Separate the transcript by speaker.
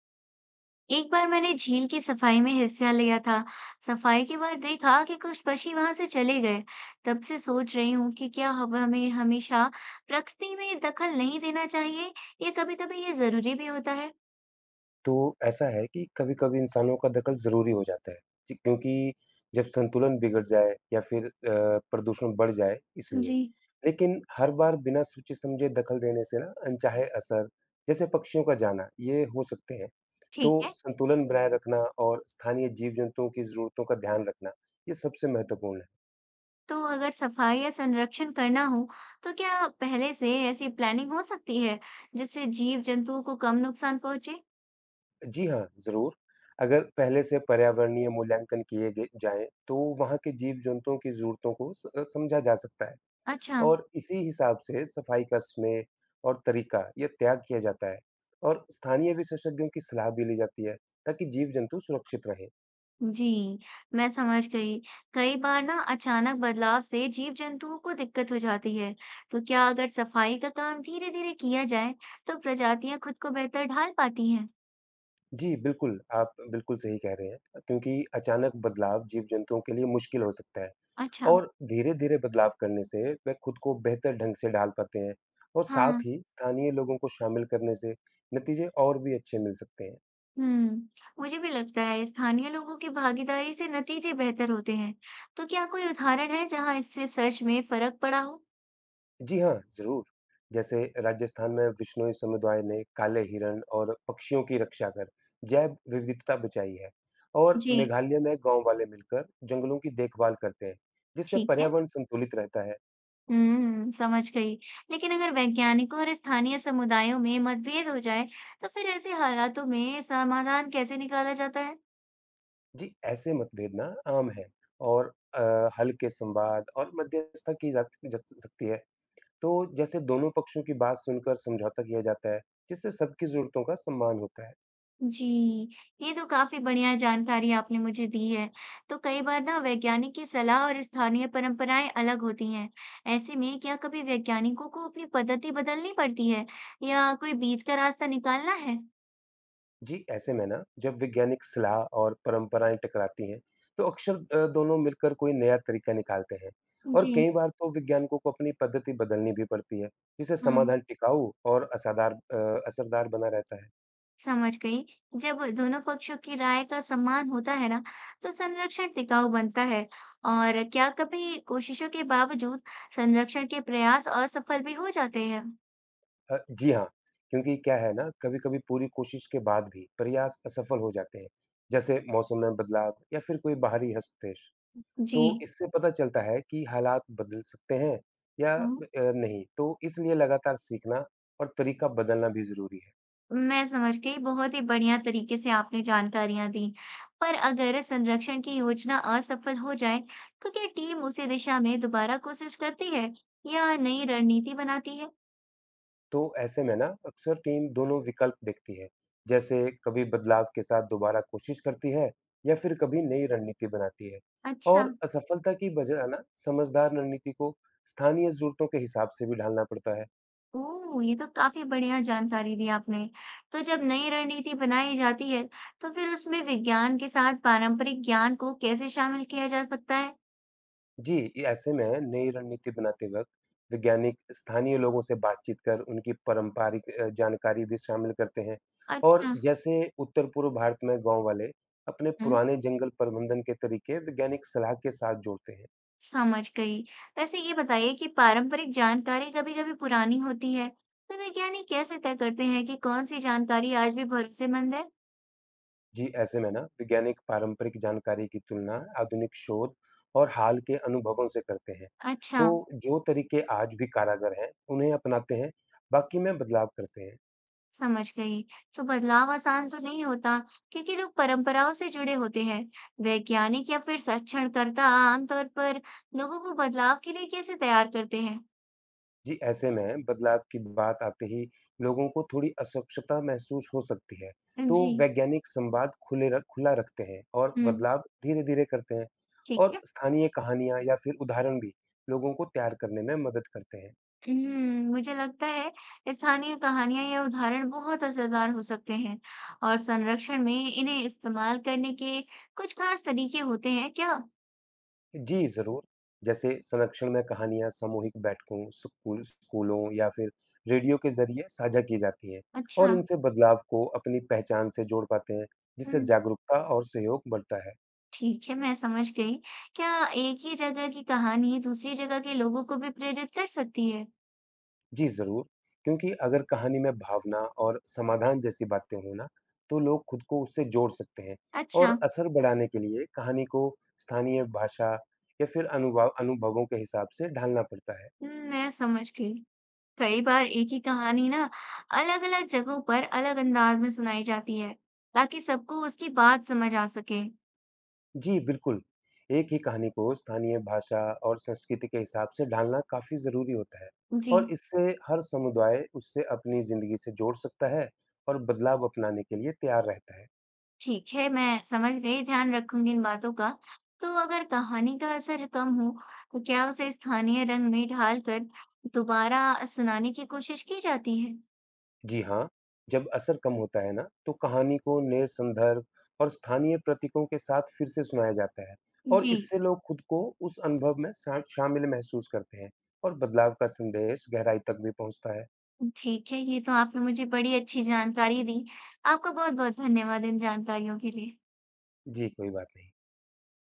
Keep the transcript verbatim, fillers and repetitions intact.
Speaker 1: एक बार मैंने झील की सफाई में हिस्सा लिया था। सफाई के बाद देखा कि कुछ पक्षी वहां से चले गए। तब से सोच रही हूँ कि क्या हम- हमें हमेशा प्रकृति में दखल नहीं देना चाहिए या कभी-कभी ये जरूरी भी होता है?
Speaker 2: तो ऐसा है कि कभी-कभी इंसानों का दखल ज़रूरी हो जाता है कि क्योंकि जब संतुलन बिगड़ जाए या फिर अ, प्रदूषण बढ़ जाए इसलिए।
Speaker 1: जी।
Speaker 2: लेकिन हर बार बिना सोचे समझे दखल देने से ना अनचाहे असर जैसे पक्षियों का जाना ये हो सकते हैं। तो
Speaker 1: ठीक है,
Speaker 2: संतुलन बनाए रखना और स्थानीय जीव-जंतुओं की ज़रूरतों का ध्यान रखना ये सबसे महत्वपूर्ण है।
Speaker 1: तो अगर सफाई या संरक्षण करना हो, तो क्या पहले से ऐसी प्लानिंग हो सकती है जिससे जीव जंतुओं को कम नुकसान पहुंचे?
Speaker 2: जी हाँ, ज़रूर। अगर पहले से पर्यावरणीय मूल्यांकन किए गए जाएँ तो वहाँ के जीव-जंतुओं की ज़रूरतों को स समझा जा सकता है।
Speaker 1: अच्छा।
Speaker 2: और इसी हिसाब से सफाई का स्मेह और तरीका ये त्याग किया जाता है और स्थानीय विशेषज्ञों की सलाह भी ली जाती है ताकि जीव जंतु सुरक्षित रहें।
Speaker 1: जी, मैं समझ गई। कई बार ना अचानक बदलाव से जीव-जंतुओं को दिक्कत हो जाती है। तो क्या अगर सफाई का काम धीरे-धीरे किया जाए, तो प्रजातियां खुद को बेहतर ढाल पाती हैं?
Speaker 2: जी बिल्कुल, आप बिल्कुल सही कह रहे हैं क्योंकि अचानक बदलाव जीव जंतुओं के लिए मुश्किल हो सकता है
Speaker 1: अच्छा।
Speaker 2: और धीरे धीरे बदलाव करने से वे खुद को बेहतर ढंग से ढाल पाते हैं और
Speaker 1: हाँ।
Speaker 2: साथ ही स्थानीय लोगों को शामिल करने से नतीजे और भी अच्छे मिल सकते हैं।
Speaker 1: हम्म, मुझे भी लगता है स्थानीय लोगों की भागीदारी से नतीजे बेहतर होते हैं। तो क्या कोई उदाहरण है जहां इससे सच में फर्क पड़ा हो?
Speaker 2: जी हाँ, ज़रूर। जैसे राजस्थान में विश्नोई समुदाय ने काले हिरण और पक्षियों की रक्षा कर जैव विविधता बचाई है और
Speaker 1: जी।
Speaker 2: मेघालय में गाँव वाले मिलकर जंगलों की देखभाल करते हैं, जिससे
Speaker 1: ठीक है।
Speaker 2: पर्यावरण संतुलित रहता है।
Speaker 1: हुँ, समझ गई। लेकिन अगर वैज्ञानिकों और स्थानीय समुदायों में मतभेद हो जाए, तो फिर ऐसे हालातों में समाधान कैसे निकाला जाता है?
Speaker 2: जी, ऐसे मतभेद ना आम है और अ, हल्के संवाद और मध्यस्थता की जा जा सकती है। तो जैसे दोनों पक्षों की बात सुनकर समझौता किया जाता है, जिससे सबकी ज़रूरतों का सम्मान होता है।
Speaker 1: जी, ये तो काफ़ी बढ़िया जानकारी आपने मुझे दी है। तो कई बार ना वैज्ञानिक की सलाह और स्थानीय परंपराएं अलग होती हैं। ऐसे में क्या कभी वैज्ञानिकों को अपनी पद्धति बदलनी पड़ती है या कोई बीच का रास्ता निकालना है?
Speaker 2: जी, ऐसे में ना जब वैज्ञानिक सलाह और परंपराएं टकराती हैं, तो अक्सर अ, दोनों मिलकर कोई नया तरीका निकालते हैं और
Speaker 1: जी।
Speaker 2: कई बार तो वैज्ञानिकों को अपनी पद्धति बदलनी भी पड़ती है, जिससे
Speaker 1: हाँ।
Speaker 2: समाधान टिकाऊ और असाधार अ, असरदार बना रहता है।
Speaker 1: समझ गई। जब दोनों पक्षों की राय का सम्मान होता है ना, तो संरक्षण टिकाऊ बनता है। और क्या कभी कोशिशों के बावजूद संरक्षण के प्रयास असफल भी हो जाते हैं?
Speaker 2: अ, जी हाँ, क्योंकि क्या है ना कभी-कभी पूरी कोशिश के बाद भी प्रयास असफल हो जाते हैं, जैसे मौसम में बदलाव या फिर कोई बाहरी हस्तक्षेप। तो
Speaker 1: जी।
Speaker 2: इससे पता चलता है कि हालात बदल सकते हैं या अ,
Speaker 1: हाँ,
Speaker 2: नहीं। तो इसलिए लगातार सीखना और तरीका बदलना भी ज़रूरी है।
Speaker 1: मैं समझ गई। बहुत ही बढ़िया तरीके से आपने जानकारियां दी। पर अगर संरक्षण की योजना असफल हो जाए, तो क्या टीम उसी दिशा में दोबारा कोशिश करती है या नई रणनीति बनाती है?
Speaker 2: तो ऐसे में ना अक्सर टीम दोनों विकल्प देखती है। जैसे कभी बदलाव के साथ दोबारा कोशिश करती है या फिर कभी नई रणनीति बनाती है।
Speaker 1: अच्छा।
Speaker 2: और असफलता की बजाय ना समझदार रणनीति को स्थानीय ज़रूरतों के हिसाब से भी ढालना पड़ता है।
Speaker 1: ओह! ये तो काफ़ी बढ़िया जानकारी दी आपने। तो जब नई रणनीति बनाई जाती है, तो फिर उसमें विज्ञान के साथ पारंपरिक ज्ञान को कैसे शामिल किया जा सकता है?
Speaker 2: जी, ये ऐसे में नई रणनीति बनाते वक़्त वैज्ञानिक स्थानीय लोगों से बातचीत कर उनकी पारंपरिक अ, जानकारी भी शामिल करते हैं और
Speaker 1: अच्छा।
Speaker 2: जैसे उत्तर-पूर्व भारत में गाँव वाले अपने
Speaker 1: हुँ,
Speaker 2: पुराने जंगल प्रबंधन के तरीके वैज्ञानिक सलाह के साथ जोड़ते हैं।
Speaker 1: समझ गई। वैसे ये बताइए कि पारंपरिक जानकारी कभी-कभी पुरानी होती है, तो वैज्ञानिक कैसे तय करते हैं कि कौन-सी जानकारी आज भी भरोसेमंद है?
Speaker 2: जी, ऐसे में ना वैज्ञानिक पारंपरिक जानकारी की तुलना आधुनिक शोध और हाल के अनुभवों से करते हैं।
Speaker 1: अच्छा।
Speaker 2: तो जो तरीके आज भी कारागर हैं, उन्हें अपनाते हैं, बाकी में बदलाव करते हैं।
Speaker 1: समझ गई। तो बदलाव आसान तो नहीं होता क्योंकि लोग परंपराओं से जुड़े होते हैं। वैज्ञानिक या फिर संरक्षणकर्ता आमतौर पर लोगों को बदलाव के लिए कैसे तैयार करते हैं?
Speaker 2: जी, ऐसे में बदलाव की बात आते ही लोगों को थोड़ी अस्वच्छता महसूस हो सकती है, तो
Speaker 1: जी।
Speaker 2: वैज्ञानिक संवाद खुले रख खुला रखते हैं और
Speaker 1: हम्म।
Speaker 2: बदलाव धीरे-धीरे करते हैं
Speaker 1: ठीक
Speaker 2: और
Speaker 1: है।
Speaker 2: स्थानीय कहानियाँ या फिर उदाहरण भी लोगों को तैयार करने में मदद करते हैं।
Speaker 1: हम्म, मुझे लगता है स्थानीय कहानियां या उदाहरण बहुत असरदार हो सकते हैं। और संरक्षण में इन्हें इस्तेमाल करने के कुछ खास तरीके होते हैं क्या?
Speaker 2: जी, ज़रूर। जैसे संरक्षण में कहानियाँ सामूहिक बैठकों, स्कूल स्कूलों या फिर रेडियो के ज़रिए साझा की जाती हैं और
Speaker 1: अच्छा।
Speaker 2: इनसे बदलाव को अपनी पहचान से जोड़ पाते हैं, जिससे
Speaker 1: हम्म।
Speaker 2: जागरूकता और सहयोग बढ़ता है।
Speaker 1: ठीक है, मैं समझ गई। क्या एक ही जगह की कहानी दूसरी जगह के लोगों को भी प्रेरित कर सकती है?
Speaker 2: जी, ज़रूर। क्योंकि अगर कहानी में भावना और समाधान जैसी बातें हों ना, तो लोग खुद को उससे जोड़ सकते हैं और
Speaker 1: अच्छा।
Speaker 2: असर बढ़ाने के लिए कहानी को स्थानीय भाषा या फिर अनुवा अनुभवों के हिसाब से ढालना पड़ता है।
Speaker 1: हम्म, मैं समझ गई। कई बार एक ही कहानी ना अलग-अलग जगहों पर अलग अंदाज में सुनाई जाती है, ताकि सबको उसकी बात समझ आ सके।
Speaker 2: जी, बिल्कुल। एक ही कहानी को स्थानीय भाषा और संस्कृति के हिसाब से ढालना काफ़ी ज़रूरी होता है
Speaker 1: जी।
Speaker 2: और इससे हर समुदाय उससे अपनी ज़िंदगी से जोड़ सकता है और बदलाव अपनाने के लिए तैयार रहता है।
Speaker 1: ठीक है, मैं समझ गई, ध्यान रखूंगी इन बातों का। तो अगर कहानी का असर कम हो, तो क्या उसे स्थानीय रंग में ढालकर दोबारा सुनाने की कोशिश की जाती है?
Speaker 2: जी हाँ, जब असर कम होता है ना, तो कहानी को नए संदर्भ और स्थानीय प्रतीकों के साथ फिर से सुनाया जाता है और
Speaker 1: जी।
Speaker 2: इससे लोग खुद को उस अनुभव में शा- शामिल महसूस करते हैं और बदलाव का संदेश गहराई तक भी पहुंचता है।
Speaker 1: ठीक है, ये तो आपने मुझे बड़ी अच्छी जानकारी दी। आपका बहुत-बहुत धन्यवाद इन जानकारियों के लिए।
Speaker 2: जी, कोई बात नहीं।